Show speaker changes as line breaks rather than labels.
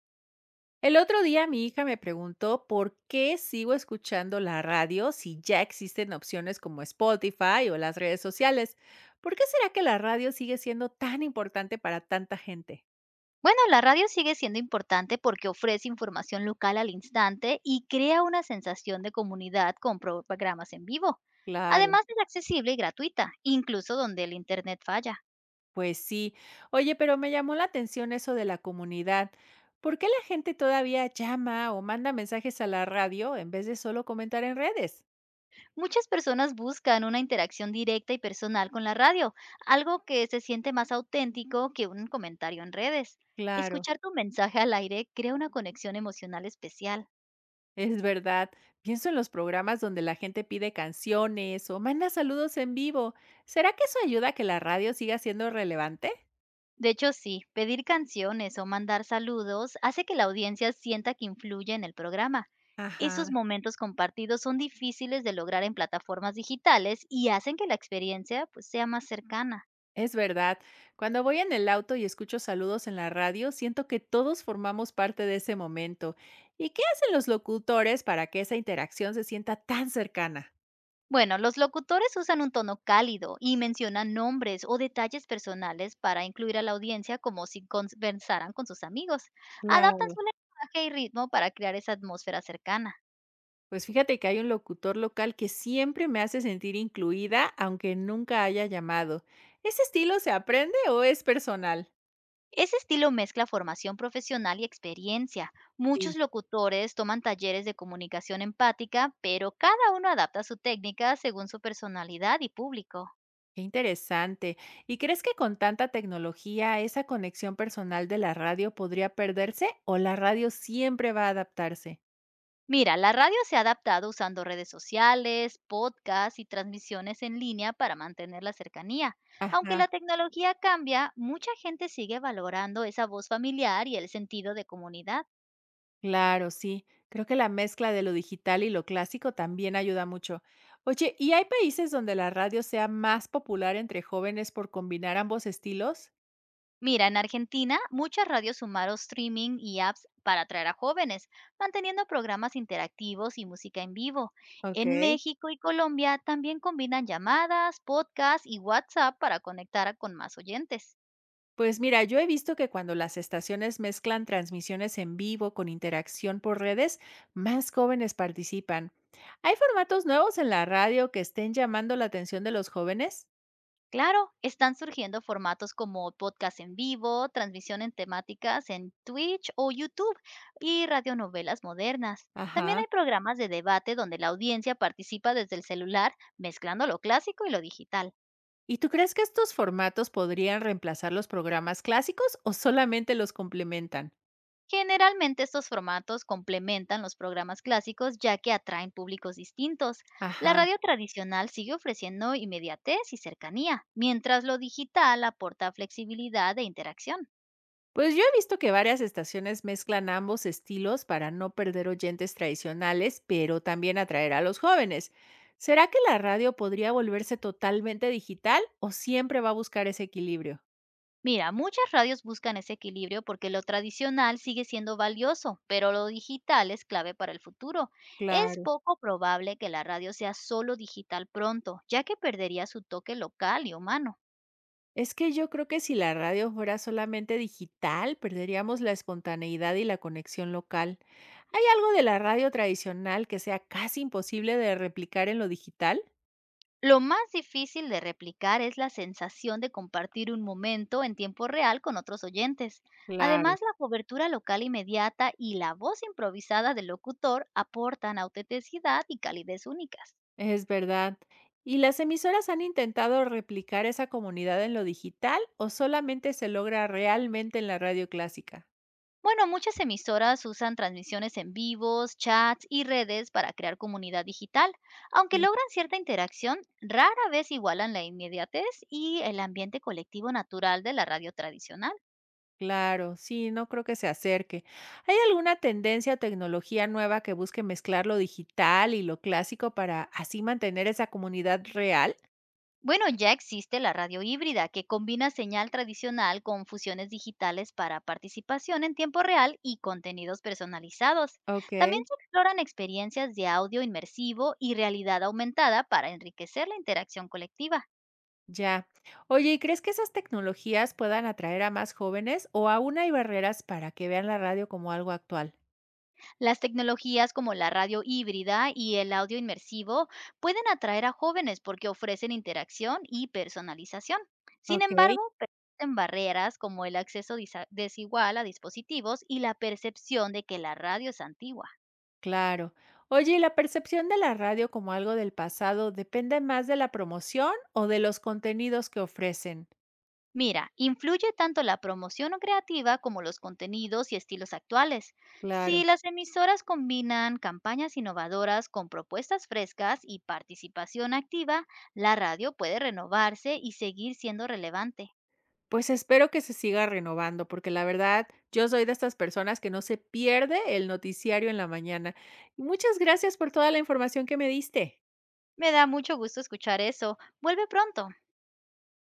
El otro día mi hija me preguntó por qué sigo escuchando la radio si ya existen opciones como Spotify o las redes sociales. ¿Por qué será que la radio sigue siendo tan importante para tanta gente?
Bueno, la radio sigue siendo importante porque ofrece información local al instante y crea una sensación de comunidad con programas en vivo.
Claro,
Además es accesible y gratuita, incluso donde el Internet falla.
pues sí. Oye, pero me llamó la atención eso de la comunidad. ¿Por qué la gente todavía llama o manda mensajes a la radio en vez de solo comentar en redes?
Muchas personas buscan una interacción directa y personal con la radio, algo que se siente más auténtico que un comentario en redes.
Claro.
Escuchar tu mensaje al aire crea una conexión emocional especial.
Es verdad. Pienso en los programas donde la gente pide canciones o manda saludos en vivo. ¿Será que eso ayuda a que la radio siga siendo relevante?
De hecho, sí, pedir canciones o mandar saludos hace que la audiencia sienta que influye en el programa. Esos
Ajá.
momentos compartidos son difíciles de lograr en plataformas digitales y hacen que la experiencia pues, sea más cercana.
Es verdad. Cuando voy en el auto y escucho saludos en la radio, siento que todos formamos parte de ese momento. ¿Y qué hacen los locutores para que esa interacción se sienta tan cercana?
Bueno, los locutores usan un tono cálido y mencionan nombres o detalles personales para incluir a la audiencia como si conversaran con sus amigos. Adaptan
Claro.
su lenguaje y ritmo para crear esa atmósfera cercana.
Pues fíjate que hay un locutor local que siempre me hace sentir incluida, aunque nunca haya llamado. ¿Ese estilo se aprende o es personal?
Ese estilo mezcla formación profesional y experiencia.
Sí.
Muchos locutores toman talleres de comunicación empática, pero cada uno adapta su técnica según su personalidad y público.
Qué interesante. ¿Y crees que con tanta tecnología esa conexión personal de la radio podría perderse o la radio siempre va a adaptarse?
Mira, la radio se ha adaptado usando redes sociales, podcasts y transmisiones en línea para mantener la cercanía. Aunque
Ajá,
la tecnología cambia, mucha gente sigue valorando esa voz familiar y el sentido de comunidad.
claro, sí. Creo que la mezcla de lo digital y lo clásico también ayuda mucho. Oye, ¿y hay países donde la radio sea más popular entre jóvenes por combinar ambos estilos?
Mira, en Argentina muchas radios sumaron streaming y apps para atraer a jóvenes, manteniendo programas interactivos y música en vivo. En
Ok.
México y Colombia también combinan llamadas, podcasts y WhatsApp para conectar con más oyentes.
Pues mira, yo he visto que cuando las estaciones mezclan transmisiones en vivo con interacción por redes, más jóvenes participan. ¿Hay formatos nuevos en la radio que estén llamando la atención de los jóvenes?
Claro, están surgiendo formatos como podcast en vivo, transmisión en temáticas en Twitch o YouTube y radionovelas modernas. También
Ajá.
hay programas de debate donde la audiencia participa desde el celular, mezclando lo clásico y lo digital.
¿Y tú crees que estos formatos podrían reemplazar los programas clásicos o solamente los complementan?
Generalmente estos formatos complementan los programas clásicos ya que atraen públicos distintos. La
Ajá.
radio tradicional sigue ofreciendo inmediatez y cercanía, mientras lo digital aporta flexibilidad e interacción.
Pues yo he visto que varias estaciones mezclan ambos estilos para no perder oyentes tradicionales, pero también atraer a los jóvenes. ¿Será que la radio podría volverse totalmente digital o siempre va a buscar ese equilibrio?
Mira, muchas radios buscan ese equilibrio porque lo tradicional sigue siendo valioso, pero lo digital es clave para el futuro. Es
Claro.
poco probable que la radio sea solo digital pronto, ya que perdería su toque local y humano.
Es que yo creo que si la radio fuera solamente digital, perderíamos la espontaneidad y la conexión local. ¿Hay algo de la radio tradicional que sea casi imposible de replicar en lo digital?
Lo más difícil de replicar es la sensación de compartir un momento en tiempo real con otros oyentes.
Claro.
Además, la cobertura local inmediata y la voz improvisada del locutor aportan autenticidad y calidez únicas.
Es verdad. ¿Y las emisoras han intentado replicar esa comunidad en lo digital o solamente se logra realmente en la radio clásica?
Bueno, muchas emisoras usan transmisiones en vivos, chats y redes para crear comunidad digital. Aunque
Sí.
logran cierta interacción, rara vez igualan la inmediatez y el ambiente colectivo natural de la radio tradicional.
Claro, sí, no creo que se acerque. ¿Hay alguna tendencia o tecnología nueva que busque mezclar lo digital y lo clásico para así mantener esa comunidad real?
Bueno, ya existe la radio híbrida, que combina señal tradicional con fusiones digitales para participación en tiempo real y contenidos personalizados.
Ok,
También se exploran experiencias de audio inmersivo y realidad aumentada para enriquecer la interacción colectiva.
ya. Oye, ¿y crees que esas tecnologías puedan atraer a más jóvenes o aún hay barreras para que vean la radio como algo actual?
Las tecnologías como la radio híbrida y el audio inmersivo pueden atraer a jóvenes porque ofrecen interacción y personalización. Sin
Ok.
embargo, existen barreras como el acceso desigual a dispositivos y la percepción de que la radio es antigua.
Claro. Oye, ¿y la percepción de la radio como algo del pasado depende más de la promoción o de los contenidos que ofrecen?
Mira, influye tanto la promoción creativa como los contenidos y estilos actuales. Si
Claro.
las emisoras combinan campañas innovadoras con propuestas frescas y participación activa, la radio puede renovarse y seguir siendo relevante.
Pues espero que se siga renovando, porque la verdad, yo soy de estas personas que no se pierde el noticiario en la mañana. Muchas gracias por toda la información que me diste.
Me da mucho gusto escuchar eso. Vuelve pronto.